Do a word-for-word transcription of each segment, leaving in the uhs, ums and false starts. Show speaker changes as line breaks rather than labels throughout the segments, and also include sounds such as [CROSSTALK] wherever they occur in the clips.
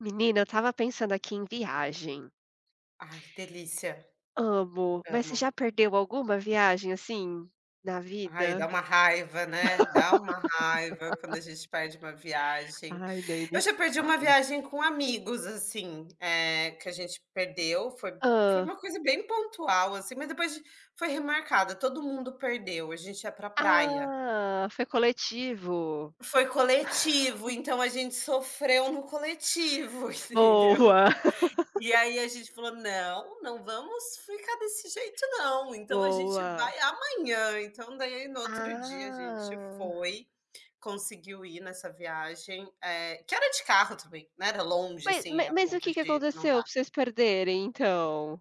Menina, eu estava pensando aqui em viagem.
Ai, delícia,
Amo. Mas você
amo.
já perdeu alguma viagem, assim, na
Ai, dá
vida?
uma raiva, né, dá uma raiva quando a gente perde uma viagem.
Ai, nem
Eu
me
já perdi uma
fale.
viagem com amigos, assim, eh, que a gente perdeu, foi foi
Ah,
uma coisa bem pontual, assim, mas depois de foi remarcada, todo mundo perdeu, a gente ia pra praia.
Ah, foi coletivo.
Foi coletivo, então a gente sofreu no coletivo, [LAUGHS] entendeu?
Boa. [LAUGHS]
E aí a gente falou: "Não, não vamos ficar desse jeito não, então a gente
Boa.
vai amanhã". Então daí no outro dia a gente
Ah.
foi, conseguiu ir nessa viagem, eh, que era de carro também, não era longe
Mas ma
assim a
mas o
ponto
que que
de não
aconteceu
dar.
pra vocês perderem, então?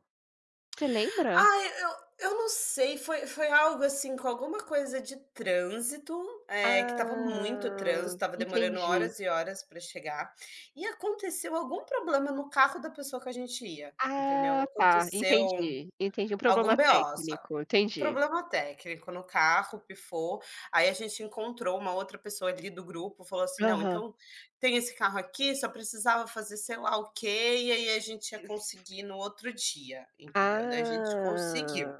Você lembra?
Ai, eu eu não sei, foi foi algo assim com alguma coisa de trânsito, eh, que estava muito trânsito,
Ah,
estava demorando
entendi.
horas e horas para chegar, e aconteceu algum problema no carro da pessoa que a gente ia, entendeu?
Ah, tá,
Aconteceu
entendi, entendi. Um
algum
problema
B O, só
técnico, entendi.
problema técnico no carro, pifou, aí a gente encontrou uma outra pessoa ali do grupo, falou assim: "Não,
Aham.
então tem esse carro aqui, só precisava fazer sei lá o quê, e aí a gente ia conseguir no outro dia", entendeu. Daí a gente conseguiu.
Ah,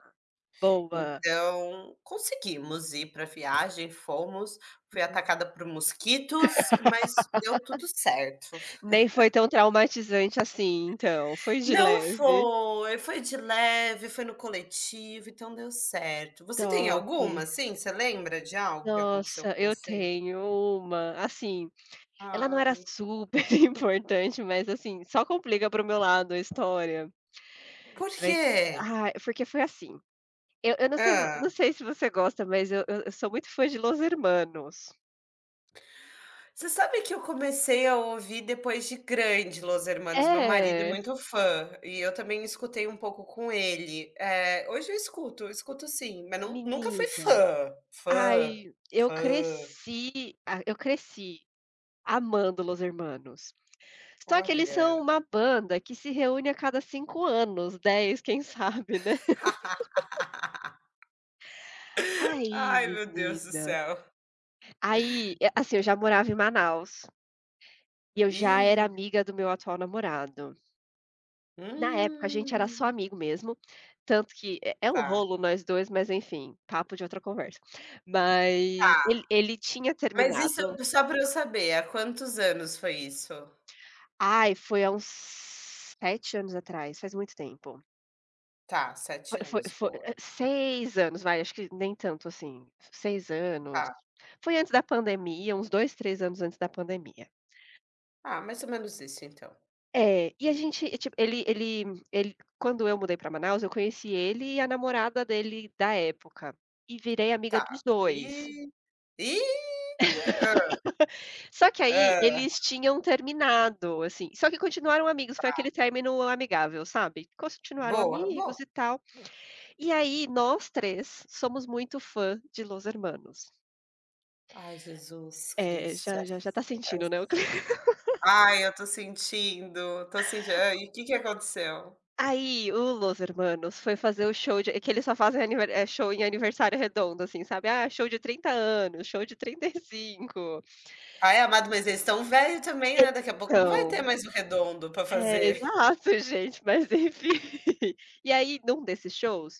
boa.
Então, conseguimos ir pra viagem, fomos, fui atacada por mosquitos, mas deu tudo certo.
Nem foi tão traumatizante assim então, foi de
Não
leve.
foi, foi de leve, foi no coletivo, então deu certo. Você tem
Top.
alguma, assim, você lembra de algo que aconteceu
Nossa,
com
eu
você?
tenho uma, assim, ela não era
Ai,
super [LAUGHS] importante, mas, assim, só complica para o meu lado a história.
por
Você vai ente
quê?
ai, porque foi assim, eu eu não sei
Hã.
não sei se você gosta, mas eu eu eu sou muito fã de Los Hermanos.
Você sabe que eu comecei a ouvir depois de grande Los Hermanos, meu marido é
É,
muito fã, e eu também escutei um pouco com ele. Eh, hoje eu escuto, eu escuto sim, mas não nunca fui
menina,
fã,
ai,
fã,
eu
fã.
cresci a eu cresci amando Los Hermanos. Só que eles são
Olha.
uma banda que se reúne a cada cinco anos, dez, quem [LAUGHS] sabe, né.
[LAUGHS]
Aí,
Ai, meu Deus do
menina,
céu.
aí, é, assim, eu já morava em Manaus, e eu já era
Ih.
amiga do meu atual namorado. Na época a gente era só
Hum,
amigo mesmo, tanto que é é um
tá,
rolo nós dois, mas enfim, papo de outra conversa. Mas
tá.
ele ele tinha
Mas isso
terminado
só para eu saber, há quantos anos foi isso?
ai, foi há uns sete anos atrás, faz muito tempo.
Tá, sete
Foi foi
anos,
foi
boa.
seis anos, vai, acho que nem tanto assim, seis
Tá.
anos. Foi antes da pandemia, uns dois, três anos antes da pandemia.
Ah, mais ou menos isso então.
É, e a gente, e, tipo, ele ele ele quando eu mudei para Manaus, eu conheci ele e a namorada dele da época, e virei amiga
Tá.
dos dois.
E e hã,
Só que aí, eles tinham terminado, assim, só que continuaram amigos, foi aquele término amigável, sabe. Continuaram
boa, boa.
amigos e tal. E aí, nós três somos muito fã de Los Hermanos.
Ai, Jesus
É,
Cristo,
já
essa
já já tá sentindo, né, o
essa
cli [LAUGHS]
ai, eu tô sentindo, tô sentindo. Hã, e o que que aconteceu?
Aí o Los Hermanos foi fazer o show de é que eles só fazem aniver eh, show em aniversário redondo, assim, sabe. Ah, show de trinta anos, show de trinta e cinco.
Ai, amado, mas eles estão velhos também, né, daqui a pouco não vai ter
Então
mais o redondo para
é,
fazer.
exato, [LAUGHS] gente, mas enfim. [LAUGHS] E aí, num desses shows,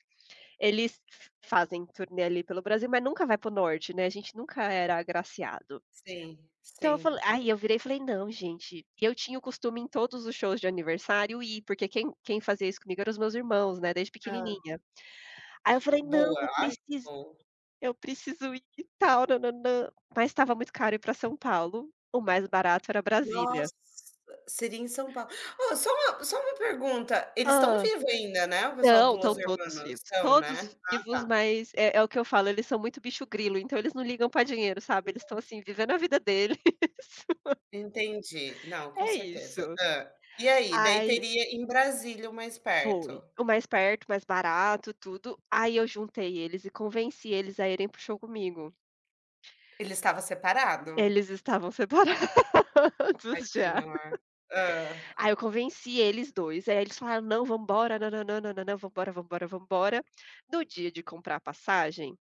eles f fazem turnê ali pelo Brasil, mas nunca vai para o norte, né, a gente nunca era agraciado.
Sim,
Então eu
sim.
falei, aí eu virei e falei: "Não, gente". E eu tinha o costume em todos os shows de aniversário ir, porque quem quem fazia isso comigo eram os meus irmãos, né, desde
Hã.
pequenininha. Aí eu falei: "Não,
Boa,
eu
ai,
preciso
bom.
eu preciso ir e tal, nã nã mas estava muito caro ir para São Paulo, o mais barato era Brasília".
Nossa, seria em São Paulo. Ó, só uma só uma pergunta, eles estão
Ah.
vivos ainda, né, o pessoal
Não,
do
estão
Los
todos
Hermanos?
vivos,
Estão,
todos
né? Ah,
vivos,
tá.
mas é é o que eu falo, eles são muito bicho grilo, então eles não ligam para dinheiro, sabe, eles estão assim, vivendo a vida deles. [LAUGHS]
Entendi. Não, com
É
certeza.
isso.
Hã. E aí, daí
Aí.
teria em Brasília o mais perto.
Foi. O mais perto, mais barato, tudo. Aí eu juntei eles e convenci eles a irem para show comigo.
Ele estava separado?
Eles estavam
Ai,
separados [LAUGHS] já.
senhor. Hã.
Aí eu convenci eles dois, aí eles falaram: "Não, vamos embora, não não não não não nã vamos embora, vamos embora, vamos embora". No dia de comprar a passagem,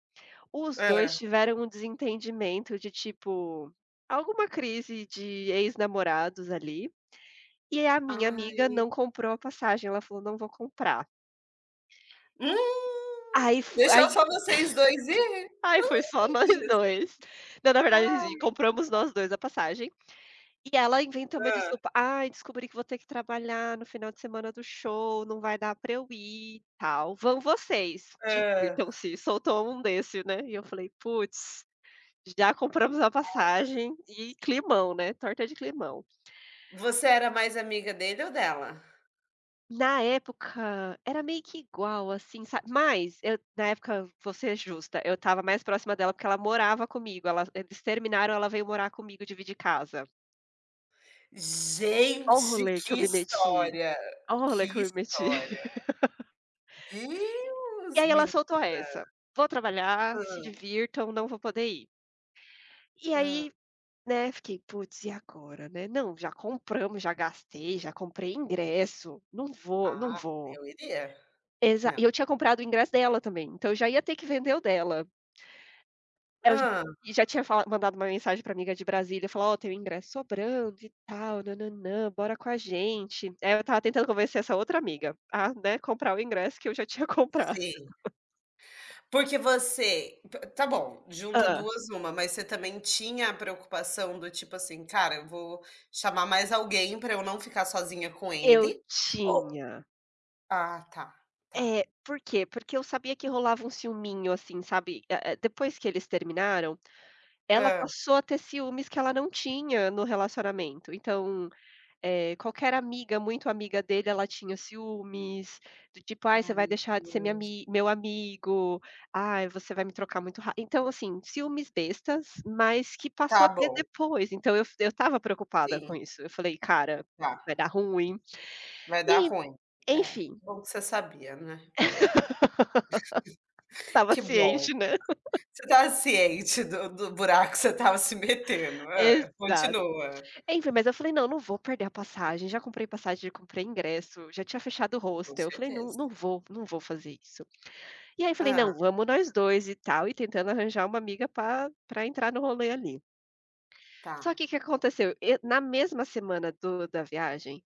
os dois
Hã.
tiveram um desentendimento de, tipo, alguma crise de ex-namorados ali, e a minha amiga
Ai.
não comprou a passagem, ela falou: "Não vou comprar".
Hum,
Aí fu-
deixou
aí
só vocês dois ir?
ai, foi só nós dois. Não, na verdade, a gente
Ai.
compramos nós dois a passagem, e ela inventou uma
Hã.
desculpa: "Ai, descobri que vou ter que trabalhar no final de semana do show, não vai dar pra eu ir, e tal. Vão vocês,
Hã.
divirtam-se", soltou um desse, né, e eu falei: "Putz, já compramos a passagem e climão, né, torta de climão".
Você era mais amiga dele ou dela?
Na época, era meio que igual, assim, sabe, mas eu na época, vou ser justa, eu estava mais próxima dela, porque ela morava comigo, ela eles terminaram, ela veio morar comigo, dividir casa. Ó o
Gente,
rolê que eu
que
me meti,
história,
ó o
que
rolê que eu me meti.
história.
[LAUGHS] E
Deus,
aí ela
menina.
soltou essa: "Vou
Hã,
trabalhar, se divirtam, não vou poder ir". E
hã.
aí, né, fiquei: "Putz, e agora, né? Não, já compramos, já gastei, já comprei ingresso, não vou, não
Ah,
vou".
eu iria.
Exa
Não.
e eu tinha comprado o ingresso dela também, então eu já ia ter que vender o dela. Eu j
Hã,
já tinha fala mandado uma mensagem pra amiga de Brasília, falar: "Ó, tem um ingresso sobrando e tal, nã-nã-nã, bora com a gente". Aí eu estava tentando convencer essa outra amiga a, né, comprar o ingresso que eu já [LAUGHS] tinha comprado.
sim. Porque você p tá bom, junta
Hã.
duas numa, mas você também tinha a preocupação do tipo assim: "Cara, eu vou chamar mais alguém pra eu não ficar sozinha com
Eu
ele", ou
tinha.
ah, tá, tá.
É, por quê? Porque eu sabia que rolava um ciúminho, assim, sabe, eh eh, depois que eles terminaram, ela
Hã.
passou a ter ciúmes que ela não tinha no relacionamento, então Eh, qualquer amiga, muito amiga dele, ela tinha ciúmes, do tipo: "Ai, você
Ai,
vai deixar de
meu
ser minha
Deus.
ami meu amigo. Ai, você vai me trocar muito ra" Então, assim, ciúmes bestas, mas que passou
Tá
a ter
bom,
depois, então eu eu estava preocupada
sim,
com isso. Eu falei: "Cara,
tá.
vai dar ruim".
Vai
E
dar
aí,
ruim. É,
enfim,
bom que você sabia, né.
estava
Que bom.
ciente, né.
Você estava ciente do do buraco que você estava se metendo.
[LAUGHS]
Hã,
Exato.
continua.
Enfim, mas eu falei: "Não, não vou perder a passagem". Já comprei passagem, já comprei ingresso, já tinha fechado o
Com
hostel. Eu falei: "Não,
certeza.
não vou, não vou fazer isso". E aí falei:
Ah,
"Não, vamos nós dois e tal", e tentando arranjar uma amiga para para entrar no rolê ali. Só
tá.
que o que aconteceu, e na mesma semana do da viagem,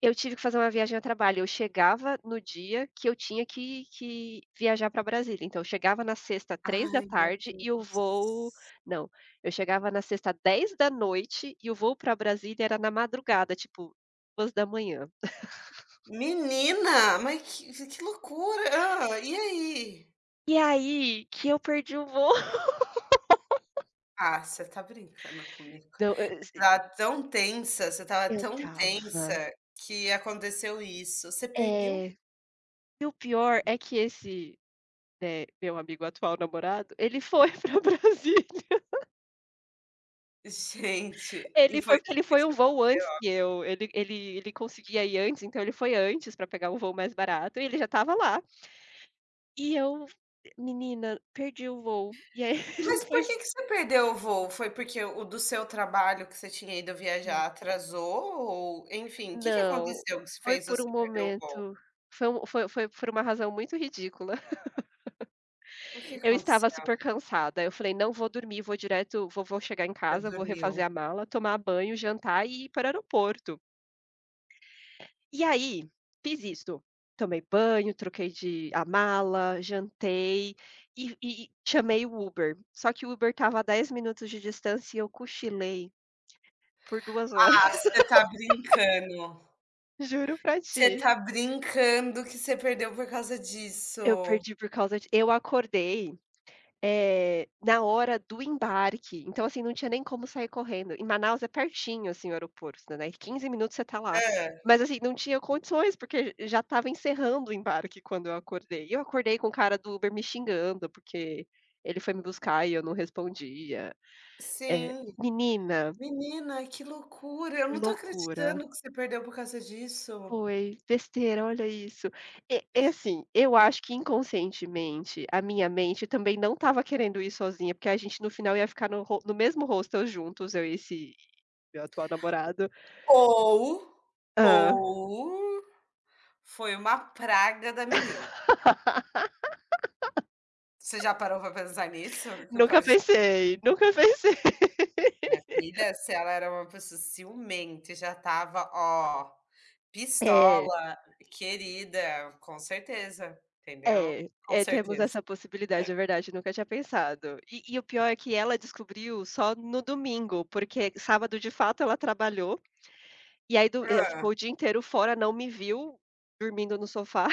eu tive que fazer uma viagem a trabalho, eu chegava no dia que eu tinha que que viajar para Brasília, então eu chegava na sexta três da
Ai, meu
tarde e o voo,
Deus.
não, eu chegava na sexta dez da noite e o voo para Brasília era na madrugada, tipo duas da manhã.
Menina, mas que que loucura. Hã, e aí?
E aí que eu perdi o voo. [LAUGHS]
Ah, você tá brincando comigo.
Não, eu
Estava tão tensa, você estava
eu
tão
tava
tensa que aconteceu isso. Você perdeu
é. E o pior é que esse, né, meu amigo atual namorado, ele foi [LAUGHS] pra Brasília.
gente, e
Ele foi
foi
porque ele foi
depois
um
que
voo antes
aconteceu?
que eu, ele ele ele conseguia ir antes, então ele foi antes pra pegar um voo mais barato e ele já estava lá. E eu, menina, perdi o voo. E aí [LAUGHS]
Mas
ele
por
foi.
que que você perdeu o voo? Foi porque o do seu trabalho que você tinha ido viajar
Hum.
atrasou ou, enfim, o que que
Não,
aconteceu que se
foi
fez
por
você
um
perder o voo?
momento, foi um foi foi por uma razão muito ridícula. [LAUGHS]
O que que
Eu estava
aconteceu?
super cansada, eu falei: "Não vou dormir, vou direto vou vou chegar em
Você
casa, vou
dormiu?
refazer a mala, tomar banho, jantar e ir para o aeroporto". E aí, fiz isso. Tomei banho, troquei de a mala, jantei e e chamei o Uber. Só que o Uber estava a dez minutos de distância e eu cochilei por duas horas,
Ah,
[LAUGHS]
você tá brincando.
juro pra ti.
Você tá brincando que você perdeu por causa
Eu
disso?
perdi por causa de eu acordei Eh, na hora do embarque, então, assim, não tinha nem como sair correndo. Em Manaus é pertinho, assim, o aeroporto, né, daí quinze minutos você tá lá.
Hã.
Mas, assim, não tinha condições, porque já estava encerrando o embarque quando eu acordei. E eu acordei com o cara do Uber me xingando, porque ele foi me buscar e eu não respondia. Eh,
Sim.
menina,
Menina, que loucura, eu não tô
loucura.
acreditando que você perdeu por causa disso.
Foi besteira, olha isso. É é assim, eu acho que inconscientemente a minha mente também não estava querendo ir sozinha, porque a gente no final ia ficar no ho no mesmo hostel juntos, eu e esse meu atual namorado.
Ou
Hã.
ou foi uma praga da menina.
[LAUGHS]
Você já parou pra pensar nisso? Que
Nunca
pode
pensei, nunca pensei.
minha filha, se ela era uma pessoa ciumenta e já estava, ó,
É,
pistola, querida, com certeza, entendeu?
é,
Com
é, temos
certeza.
essa possibilidade, é verdade, eu nunca tinha pensado. E e o pior é que ela descobriu só no domingo, porque sábado de fato ela trabalhou, e aí do ela
Hã.
ficou o dia inteiro fora, não me viu, dormindo no sofá.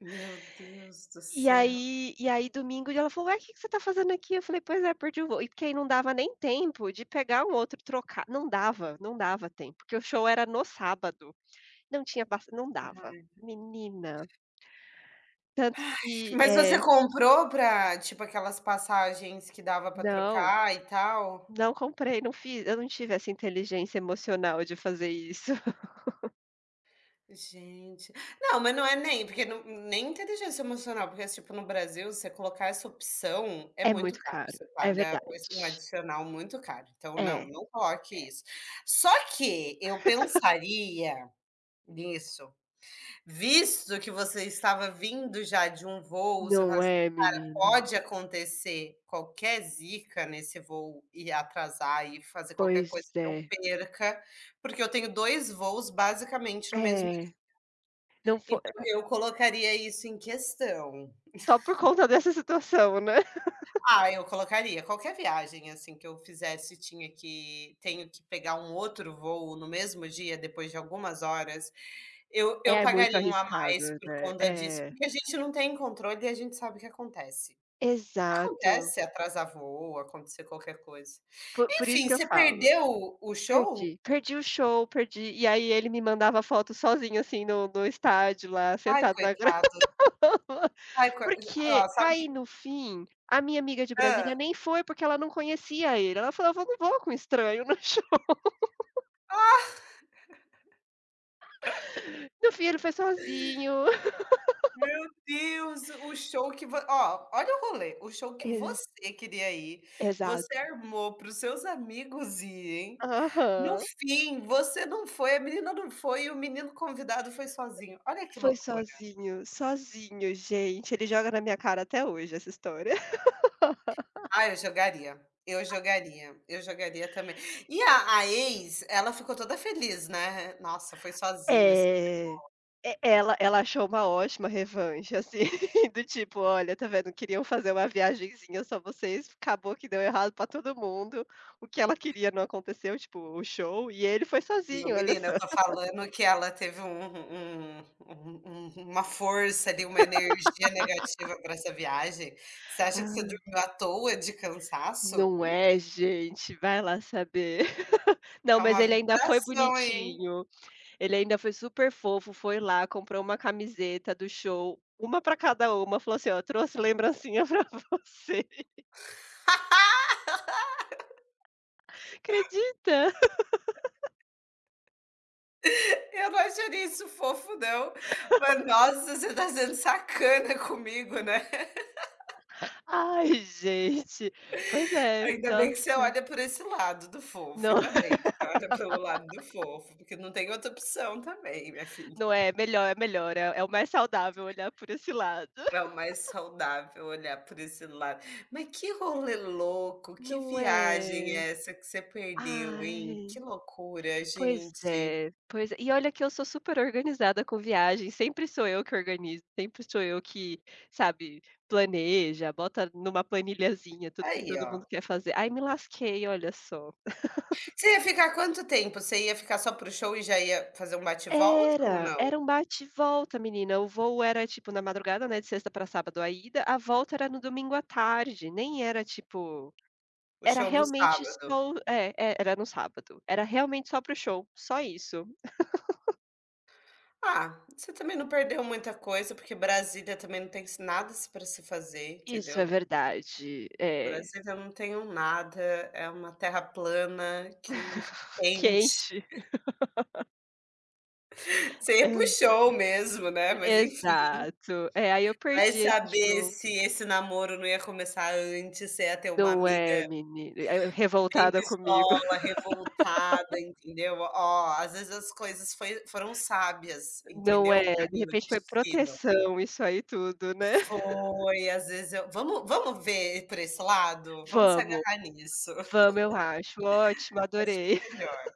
Meu Deus do
E
céu.
aí e aí domingo ela falou: "Ué, que que você tá fazendo aqui?" Eu falei: "Pois é, perdi o voo". E porque aí não dava nem tempo de pegar um outro, trocar não dava, não dava tempo, porque o show era no sábado, não tinha pass não dava.
Ai.
Menina, tanto que
Mas você
é,
comprou pra tipo, aquelas passagens que dava pra
não,
trocar e tal?
não comprei, não fiz eu não tive essa inteligência emocional de fazer isso. [LAUGHS]
Gente. Não, mas não é nem porque não nem inteligência emocional, porque, tipo, no Brasil, você colocar essa opção é
É
muito
muito
caro,
caro,
você
é
paga
verdade.
um adicional muito caro. Então não,
É.
não coloque isso. Só que eu pensaria nisso, visto que você estava vindo já de um voo, você fala
Não
assim:
é, menina?
"Pode acontecer qualquer zica nesse voo e atrasar e fazer qualquer
Pois
coisa que eu
é.
perca, porque eu tenho dois voos basicamente no mesmo
É, não foi,
então, eu colocaria isso em questão.
só por conta dessa situação, né?
Ah, eu colocaria. Qualquer viagem, assim, que eu fizesse, tinha que tenho que pegar um outro voo no mesmo dia, depois de algumas horas, eu eu
É muito
pagaria um a
arriscado,
mais por
né.
conta disso,
É,
porque a gente não tem controle e a gente sabe o que acontece.
exato.
Acontece atrasar voo, acontecer qualquer coisa.
Po por isso
Enfim,
que eu
você
falo,
perdeu o o show?
perdi, perdi o show, perdi, e aí ele me mandava foto sozinho, assim, no no estádio lá, [LAUGHS]
Ai,
sentado na grama,
coitado.
[LAUGHS]
Ai, coi ó,
porque
sabe
aí no fim, a minha amiga de
ah
Brasília nem foi, porque ela não conhecia ele, ela falou: "Eu não vou com estranho no show". [LAUGHS] No fim ele foi sozinho.
Meu Deus, o show que vo ó, olha o rolê, o show que
E
você queria ir, você
exato.
armou para os seus amigos irem, no
Aham.
fim você não foi, a menina não foi e o menino convidado foi sozinho, olha que
Foi
loucura.
sozinho, sozinho, gente, ele joga na minha cara até hoje essa história.
Ah, eu jogaria, eu jogaria, eu jogaria também. E a a ex, ela ficou toda feliz, né, "Nossa, foi sozinho".
É, e ela ela achou uma ótima revanche, assim, [LAUGHS] do tipo: "Olha, tá vendo, queriam fazer uma viagenzinha só vocês, acabou que deu errado pra todo mundo, o que ela queria não aconteceu, tipo, o show, e ele foi
Viu,
sozinho, olha
menina,
só".
eu tô falando que ela teve um um um um uma força ali, uma energia negativa para essa viagem. Você acha que você
Ah,
dormiu à toa de cansaço?
não
Hum,
é, gente, vai lá saber. [LAUGHS] Não,
é
mas
uma
ele ainda foi
vibração aí, hein.
bonitinho, ele ainda foi super fofo, foi lá, comprou uma camiseta do show, uma pra cada uma, falou assim: "Ó, trouxe lembrancinha [LAUGHS] pra você".
[LAUGHS]
Acredita?
Eu não acharia isso fofo não, mas nossa, você tá sendo sacana comigo, né. [LAUGHS]
Ai, gente. Pois é,
Ainda bem que você
nossa.
olha por esse lado do fofo,
Não, [LAUGHS]
ainda bem que você olha pelo lado do fofo, porque não tem outra opção também, minha filha.
não é melhor, é melhor, é é o mais saudável olhar por esse lado.
É o mais saudável olhar por esse lado. Mas que rolê louco, que
Não
viagem
é?
é essa que você perdeu, hein?
Ai,
Que loucura,
pois
gente.
é, pois é. E olha que eu sou super organizada com viagem, sempre sou eu que organizo, sempre sou eu que, sabe, planeja, bota numa planilhazinha tudo que
Aí,
todo mundo
ó.
quer fazer. Ai, me lasquei, olha só.
Você ia ficar quanto tempo? Você ia ficar só pro show e já ia fazer um bate-volta ou
Era,
não?
era um bate e volta, menina. O voo era, tipo, na madrugada, né, de sexta para sábado a ida, a volta era no domingo à tarde, nem era, tipo,
O
era
show no
realmente
sábado.
só é, é, era no sábado. Era realmente só para o show, só isso.
Ah, você também não perdeu muita coisa, porque Brasília também não tem nada se- pra se fazer,
Isso é
entendeu?
verdade, é.
Brasília não tem um nada, é uma terra plana que quente.
Quente.
Você puxou mesmo, né, mas
É,
enfim.
exato. É, aí eu
Vai
perdi esse
saber
show.
se esse namoro não ia começar antes, você ia ter uma
Não
amiga
é, menina, eh,
bem
revoltada comigo.
pistola, revoltada, entendeu. Ó, às vezes as coisas foi foram sábias,
Não
entendeu,
é,
o
de
caminho, o
repente foi
destino.
proteção isso aí tudo, né. [LAUGHS]
Foi, às vezes eu vamos vamos ver por esse lado? Vamos se
Vamos.
agarrar nisso, [LAUGHS]
Vamos, eu acho. Ótimo,
acho
adorei.
que é melhor.